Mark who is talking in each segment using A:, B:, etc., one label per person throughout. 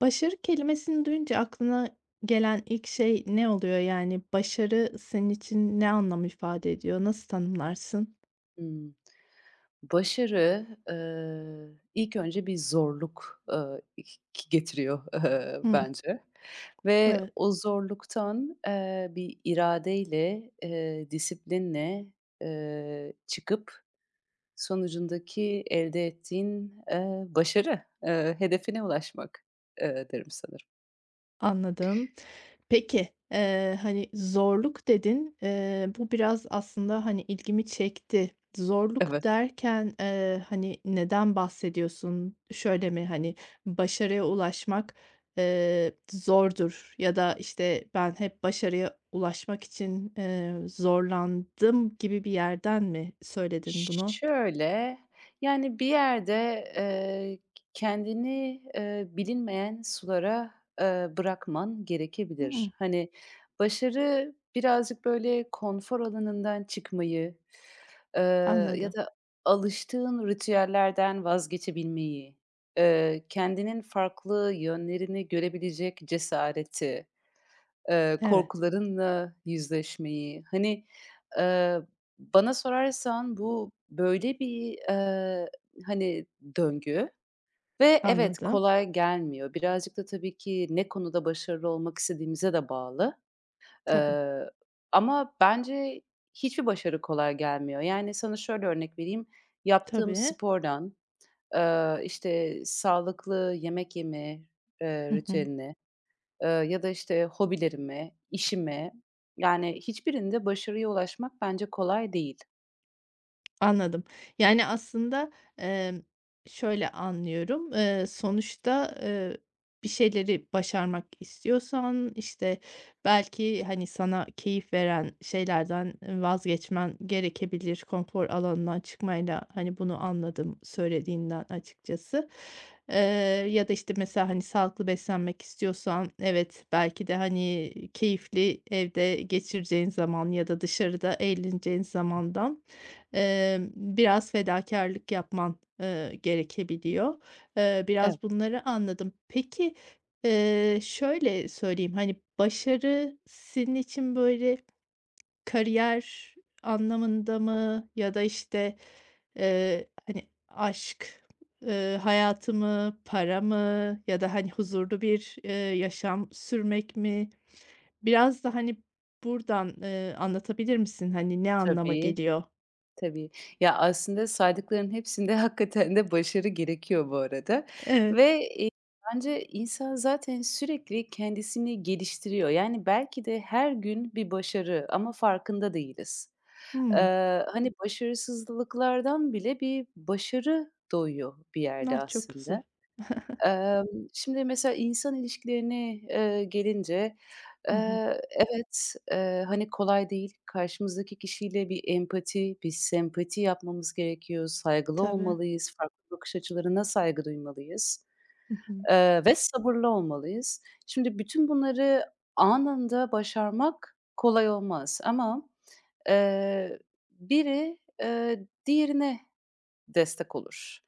A: Başarı kelimesini duyunca aklına gelen ilk şey ne oluyor? Başarı senin için ne anlam ifade ediyor? Nasıl tanımlarsın?
B: Hımm. Başarı, ilk önce bir zorluk, ik ki getiriyor,
A: Hımm,
B: bence ve
A: evet,
B: o zorluktan, bir iradeyle, disiplinle, çıkıp sonucundaki elde ettiğin, başarı, hedefine ulaşmak, derim sanırım.
A: anladım. Peki, "zorluk" dedin. Bu biraz ilgimi çekti.
B: Evet.
A: Zorluk derken, neden bahsediyorsun? Şöyle mi, başarıya ulaşmak zordur ya da, işte, ben hep başarıya ulaşmak için zorlandım gibi bir yerden mi söyledin bunu?
B: Şöyle, yani, bir yerde, eee, kendini, bilinmeyen sulara, bırakman gerekebilir.
A: Hımm,
B: Hani, başarı birazcık, böyle, konfor alanından çıkmayı, eee, ya
A: anladım.
B: da alıştığın ritüellerden vazgeçebilmeyi, kendinin farklı yönlerini görebilecek cesareti,
A: Evet,
B: korkularınla yüzleşmeyi, hani, eee, bana sorarsan bu böyle bir, hani, döngü ve evet,
A: anladım.
B: kolay gelmiyor. Birazcık da tabii ki ne konuda başarılı olmak istediğimize de bağlı.
A: Tabii,
B: Eee, ama bence hiçbir başarı kolay gelmiyor. Yani, sana şöyle örnek vereyim, yaptığım
A: tabii.
B: spordan, işte, sağlıklı yemek yeme,
A: Hı hı.
B: ritüeline ya da, işte, hobilerime, işime, yani, hiçbirinde başarıya ulaşmak bence kolay değil.
A: Anladım. Yani, aslında, emm, şöyle anlıyorum, sonuçta, bir şeyleri başarmak istiyorsan, işte, belki, hani, sana keyif veren şeylerden vazgeçmen gerekebilir. Konfor alanından çıkmayla, hani, bunu anladım söylediğinden açıkçası. Eee, ya da, işte, mesela, hani, sağlıklı beslenmek istiyorsan, evet, belki de, hani, keyifli evde geçireceğin zaman ya da dışarıda eğleneceğin zamandan... biraz fedakarlık yapman gerekebiliyor.
B: Evet,
A: Biraz bunları anladım. Peki, şöyle söyleyeyim, hani, başarı senin için, böyle, kariyer anlamında mı ya da, işte, aşk hayatı mı, para mı ya da, hani, huzurlu bir yaşam sürmek mi? Biraz da, hani, buradan anlatabilir misin? Hani, ne anlama
B: tabii,
A: geliyor?
B: tabii. Ya, aslında saydıkların hepsinde hakikaten de başarı gerekiyor bu arada
A: Evet.
B: ve, bence insan zaten sürekli kendisini geliştiriyor. Yani, belki de her gün bir başarı ama farkında değiliz.
A: Hıı.
B: Hani, başarısızlıklardan bile bir başarı doğuyor bir yerde
A: Ah, çok
B: aslında.
A: güzel.
B: Emm, şimdi mesela insan ilişkilerine, gelince,
A: Hı hı.
B: evet, hani, kolay değil. Karşımızdaki kişiyle bir empati, bir sempati yapmamız gerekiyor. Saygılı
A: Tabii.
B: olmalıyız. Farklı bakış açılarına saygı duymalıyız,
A: Hı hı.
B: ve sabırlı olmalıyız. Şimdi bütün bunları anında başarmak kolay olmaz ama, eee, biri, diğerine destek olur,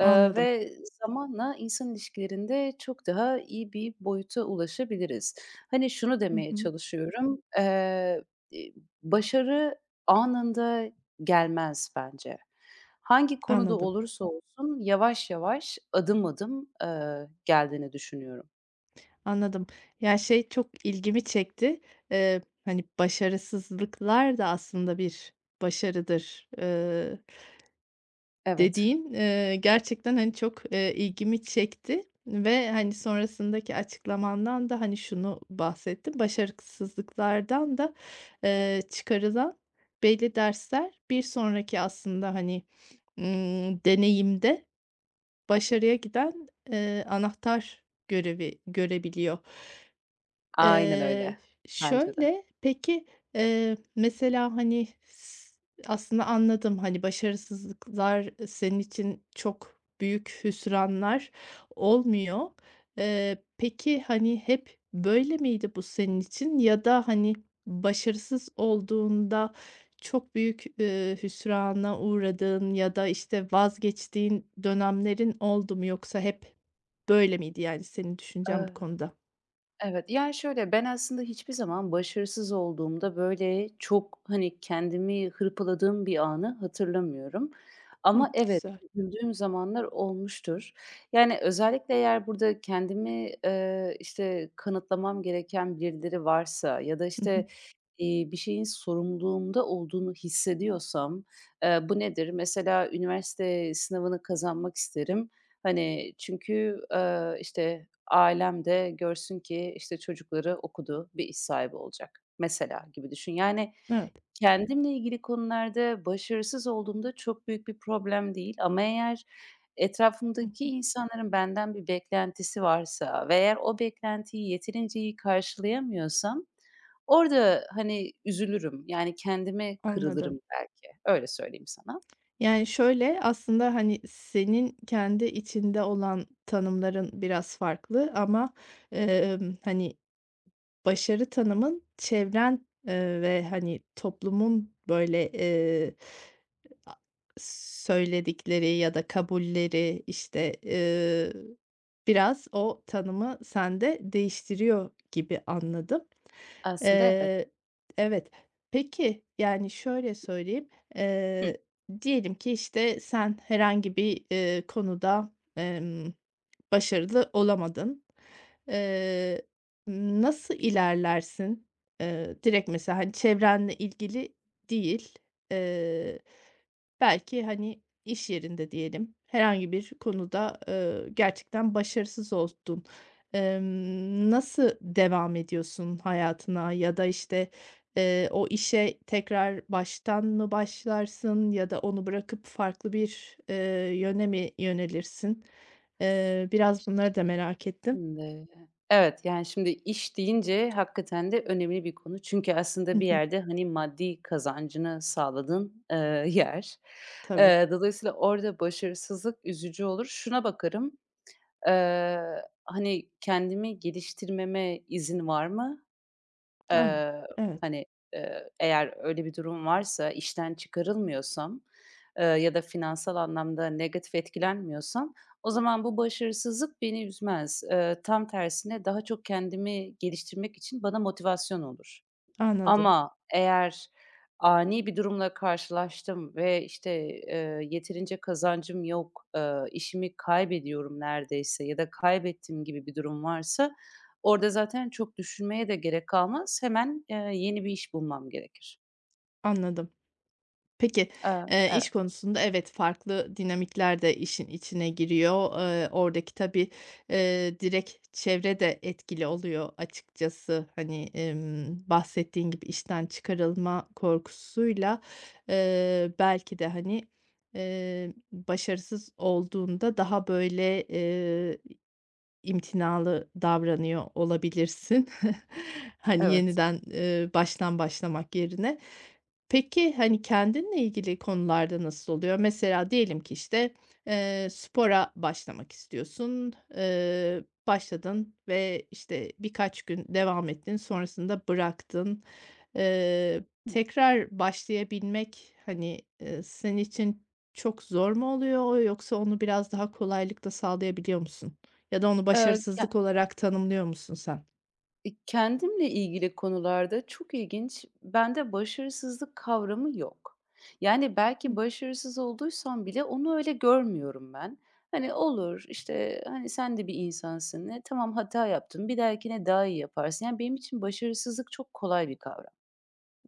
B: ve zamanla insan ilişkilerinde çok daha iyi bir boyuta ulaşabiliriz. Hani, şunu
A: Hı
B: demeye
A: hı.
B: çalışıyorum, iii, başarı anında gelmez bence. Hangi konuda
A: Anladım,
B: olursa olsun yavaş yavaş, adım adım, geldiğini düşünüyorum.
A: anladım. Ya, şey çok ilgimi çekti. Hani, başarısızlıklar da aslında bir başarıdır.
B: Evet,
A: Dediğin gerçekten, hani, çok ilgimi çekti ve, hani, sonrasındaki açıklamandan da, hani, şunu bahsettim başarısızlıklardan da çıkarılan belli dersler bir sonraki aslında, hani, deneyimde başarıya giden anahtar görevi görebiliyor.
B: aynen
A: Eee,
B: öyle. Bence de.
A: şöyle, peki, mesela, hani, aslında anladım, hani, başarısızlıklar senin için çok büyük hüsranlar olmuyor. Peki, hani, hep böyle miydi bu senin için ya da, hani, başarısız olduğunda çok büyük hüsrana uğradığın ya da, işte, vazgeçtiğin dönemlerin oldu mu yoksa hep böyle miydi, yani, senin düşüncen bu
B: Eee
A: konuda?
B: Evet, yani, şöyle, ben aslında hiçbir zaman başarısız olduğumda, böyle, çok, hani, kendimi hırpaladığım bir anı hatırlamıyorum
A: Hıh,
B: ama evet,
A: güzel.
B: üzüldüğüm zamanlar olmuştur. Yani, özellikle eğer burada kendimi, işte, kanıtlamam gereken birileri varsa ya da,
A: Hı
B: işte,
A: hı.
B: bir şeyin sorumluluğumda olduğunu hissediyorsam, bu nedir? Mesela üniversite sınavını kazanmak isterim. Hani, çünkü, işte, ailem de görsün ki, işte, çocukları okudu, bir iş sahibi olacak mesela gibi düşün. Yani
A: Evet.
B: kendimle ilgili konularda başarısız olduğumda çok büyük bir problem değil ama eğer
A: Hı
B: etrafımdaki
A: hı.
B: insanların benden bir beklentisi varsa ve eğer o beklentiyi yeterince iyi karşılayamıyorsam orada, hani, üzülürüm. Yani kendime
A: Anladım.
B: kırılırım belki. Öyle söyleyeyim sana.
A: Yani, şöyle, aslında, hani, senin kendi içinde olan tanımların biraz farklı ama, hani, başarı tanımın çevren ve, hani, toplumun, böyle, a söyledikleri ya da kabulleri, işte, biraz o tanımı sende değiştiriyor gibi anladım.
B: Aslında evet.
A: Eee, evet. Peki, yani, şöyle söyleyeyim,
B: Hı.
A: eee, diyelim ki, işte, sen herhangi bir konuda, başarılı olamadın. Eee, nasıl ilerlersin? Direkt mesela, hani, çevrenle ilgili değil, eee, belki, hani, iş yerinde diyelim, herhangi bir konuda gerçekten başarısız oldun. Nasıl devam ediyorsun hayatına ya da, işte, o işe tekrar baştan mı başlarsın ya da onu bırakıp farklı bir yöne mi yönelirsin? Biraz bunları da merak ettim.
B: Şimdi, evet, yani, şimdi iş deyince hakikaten de önemli bir konu. Çünkü aslında bir yerde, hani, maddi kazancını sağladığın, yer.
A: Tabii.
B: Dolayısıyla orada başarısızlık üzücü olur. Şuna bakarım, eee, hani, kendimi geliştirmeme izin var mı?
A: Ah,
B: Eee,
A: evet,
B: hani, eğer öyle bir durum varsa, işten çıkarılmıyorsam, ya da finansal anlamda negatif etkilenmiyorsam o zaman bu başarısızlık beni üzmez. Tam tersine daha çok kendimi geliştirmek için bana motivasyon olur.
A: anladım,
B: Ama eğer ani bir durumla karşılaştım ve, işte, yeterince kazancım yok, işimi kaybediyorum neredeyse ya da kaybettiğim gibi bir durum varsa orada zaten çok düşünmeye de gerek kalmaz. Hemen, yeni bir iş bulmam gerekir.
A: anladım. Peki,
B: Eee,
A: iş
B: evet.
A: konusunda evet, farklı dinamikler de işin içine giriyor. Oradaki tabii, direkt çevre de etkili oluyor açıkçası. Hani, bahsettiğin gibi işten çıkarılma korkusuyla, belki de, başarısız olduğunda daha böyle, İmtinalı davranıyor olabilirsin. Hani
B: Evet.
A: yeniden baştan başlamak yerine. Peki, hani, kendinle ilgili konularda nasıl oluyor? Mesela diyelim ki, işte, spora başlamak istiyorsun. Başladın ve, işte, birkaç gün devam ettin, sonrasında bıraktın.
B: Hı.
A: Tekrar başlayabilmek, hani, senin için çok zor mu oluyor yoksa onu biraz daha kolaylıkla sağlayabiliyor musun? Ya da onu başarısızlık olarak tanımlıyor musun sen?
B: E, kendimle ilgili konularda çok ilginç, bende başarısızlık kavramı yok. Yani belki
A: Hıh,
B: başarısız olduysam bile onu öyle görmüyorum ben. Hani olur, işte, hani, sen de bir insansın, e, tamam hata yaptın, bir dahakine daha iyi yaparsın. Yani benim için başarısızlık çok kolay bir kavram.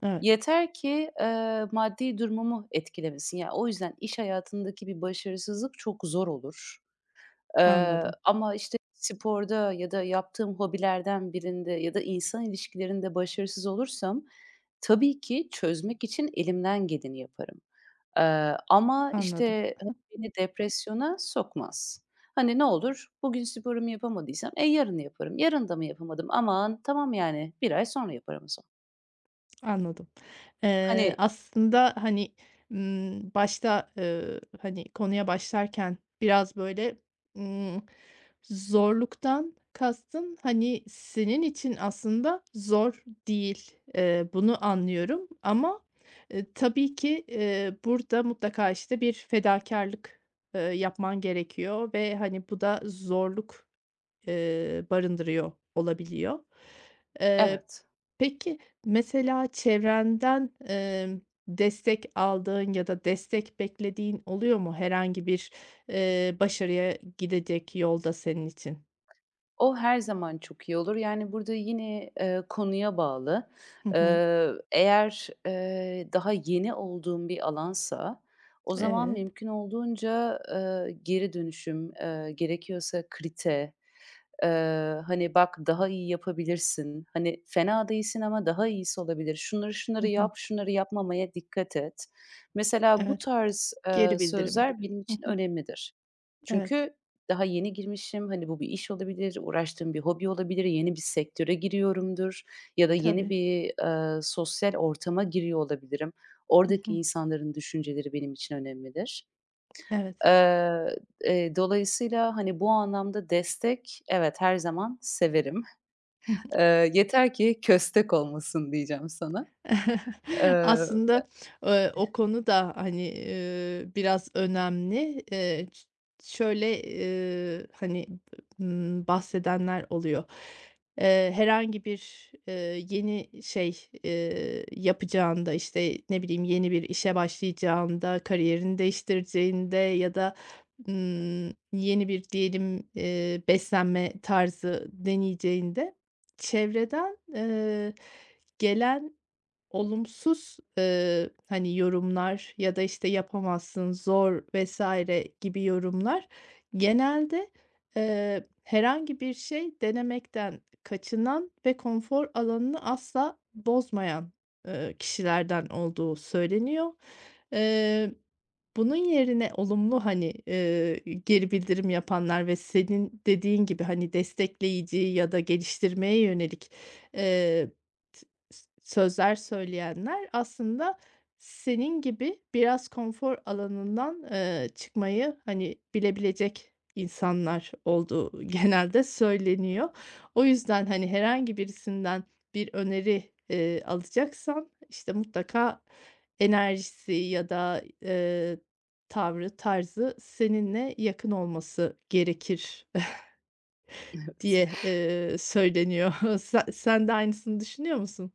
A: evet,
B: Yeter ki, maddi durumumu etkilemesin. Yani o yüzden iş hayatındaki bir başarısızlık çok zor olur.
A: anladım,
B: Ama, işte, sporda ya da yaptığım hobilerden birinde ya da insan ilişkilerinde başarısız olursam tabii ki çözmek için elimden geleni yaparım. Ama,
A: anladım.
B: işte, hani, beni depresyona sokmaz. Hani, ne olur, bugün sporumu yapamadıysam, e, yarın yaparım. Yarın da mı yapamadım? Aman, tamam, yani, bir ay sonra yaparım o zaman.
A: Anladım.
B: Hani
A: Aslında, hani, başta, hani, konuya başlarken biraz, böyle, ımm, zorluktan kastın, hani, senin için aslında zor değil. Bunu anlıyorum ama, tabii ki, burada mutlaka, işte, bir fedakarlık yapman gerekiyor ve, hani, bu da zorluk barındırıyor olabiliyor. Eee
B: Evet.
A: Peki, mesela çevrenden, destek aldığın ya da destek beklediğin oluyor mu herhangi bir başarıya gidecek yolda senin için?
B: O her zaman çok iyi olur. Yani, burada yine, konuya bağlı.
A: Hı hı.
B: Eğer daha yeni olduğum bir alansa o zaman
A: Evet.
B: mümkün olduğunca, geri dönüşüm, gerekiyorsa krite, hani, "Bak, daha iyi yapabilirsin. Hani, fena değilsin ama daha iyisi olabilir. Şunları
A: Hı
B: şunları
A: hı.
B: yap, şunları yapmamaya dikkat et." Mesela bu
A: Evet.
B: tarz,
A: Geri bildirim
B: sözler
A: gibi.
B: benim
A: Hı
B: için
A: hı.
B: önemlidir.
A: Evet.
B: Çünkü daha yeni girmişim, hani, bu bir iş olabilir, uğraştığım bir hobi olabilir, yeni bir sektöre giriyorumdur ya da yeni
A: Tabii.
B: bir, sosyal ortama giriyor olabilirim.
A: Hı
B: Oradaki
A: hı.
B: insanların düşünceleri benim için önemlidir.
A: Evet.
B: Eee, dolayısıyla, hani, bu anlamda destek, evet, her zaman severim.
A: Hı.
B: Yeter ki köstek olmasın diyeceğim sana. Eee,
A: Aslında,
B: e
A: o konu da, biraz önemli. Ş Şöyle, bahsedenler oluyor. Herhangi bir yeni şey yapacağında, işte, ne bileyim, yeni bir işe başlayacağında, kariyerini değiştireceğinde ya da, yeni bir diyelim, beslenme tarzı deneyeceğinde çevreden gelen olumsuz, hani, yorumlar ya da, işte, yapamazsın, zor vesaire gibi yorumlar genelde herhangi bir şey denemekten kaçınan ve konfor alanını asla bozmayan kişilerden olduğu söyleniyor. Eee, bunun yerine olumlu, geri bildirim yapanlar ve senin dediğin gibi, hani, destekleyici ya da geliştirmeye yönelik, eee, S sözler söyleyenler aslında senin gibi biraz konfor alanından çıkmayı, hani, bilebilecek insanlar olduğu genelde söyleniyor. O yüzden, hani, herhangi birisinden bir öneri alacaksan, işte, mutlaka enerjisi ya da, tavrı, tarzı seninle yakın olması gerekir
B: Evet.
A: diye söyleniyor. Sen de aynısını düşünüyor musun?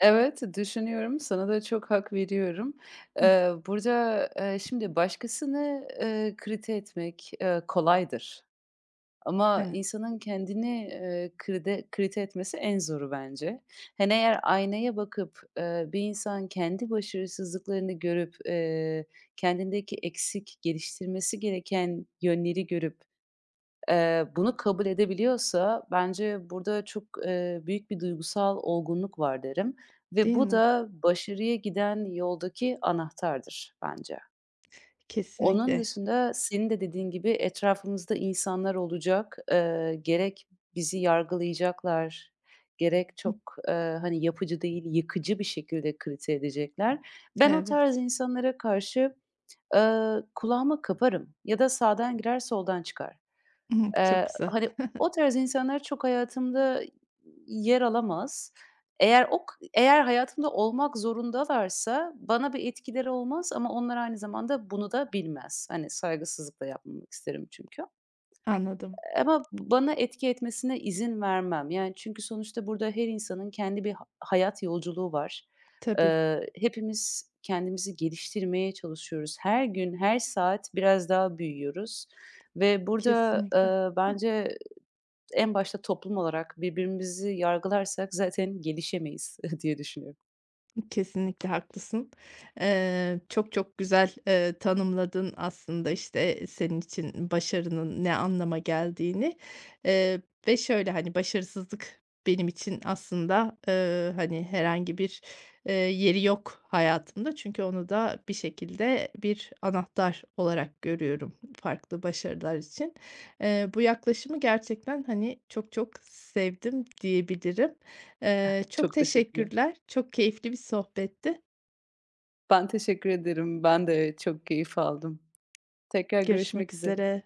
B: Evet, düşünüyorum. Sana da çok hak veriyorum.
A: Hıh,
B: Burada, şimdi başkasını, kriti etmek, kolaydır ama
A: evet.
B: insanın kendini, kride kriti etmesi en zoru bence. Hani, eğer aynaya bakıp, bir insan kendi başarısızlıklarını görüp, kendindeki eksik, geliştirmesi gereken yönleri görüp bunu kabul edebiliyorsa bence burada çok, büyük bir duygusal olgunluk var derim ve
A: Değil
B: bu
A: mi?
B: da başarıya giden yoldaki anahtardır bence. Onun
A: Kesinlikle.
B: dışında senin de dediğin gibi etrafımızda insanlar olacak. Gerek bizi yargılayacaklar, gerek
A: Hıh,
B: çok, hani, yapıcı değil, yıkıcı bir şekilde kritize edecekler. Ben o tarz
A: evet.
B: insanlara karşı, kulağımı kaparım ya da sağdan girer soldan çıkar.
A: Hı, çok güzel.
B: Hani, o tarz insanlar çok hayatımda yer alamaz. Eğer ok eğer hayatımda olmak zorundalarsa bana bir etkileri olmaz ama onlar aynı zamanda bunu da bilmez. Hani, saygısızlık da yapmamak isterim çünkü.
A: Anladım.
B: Ama bana etki etmesine izin vermem. Yani, çünkü sonuçta burada her insanın kendi bir hayat yolculuğu var.
A: Tabii,
B: Hepimiz kendimizi geliştirmeye çalışıyoruz. Her gün, her saat biraz daha büyüyoruz ve burada,
A: kesinlikle.
B: bence en başta toplum olarak birbirimizi yargılarsak zaten gelişemeyiz diye düşünüyorum.
A: Kesinlikle haklısın. Çok çok güzel tanımladın aslında, işte, senin için başarının ne anlama geldiğini, eee, ve şöyle, hani, başarısızlık benim için aslında, hani, herhangi bir yeri yok hayatımda. Çünkü onu da bir şekilde bir anahtar olarak görüyorum farklı başarılar için. Bu yaklaşımı gerçekten, hani, çok çok sevdim diyebilirim. Çok
B: Çok teşekkürler.
A: teşekkürler. Çok keyifli bir sohbetti.
B: Ben teşekkür ederim. Ben de çok keyif aldım. Tekrar
A: Görüşmek
B: görüşmek üzere.
A: üzere.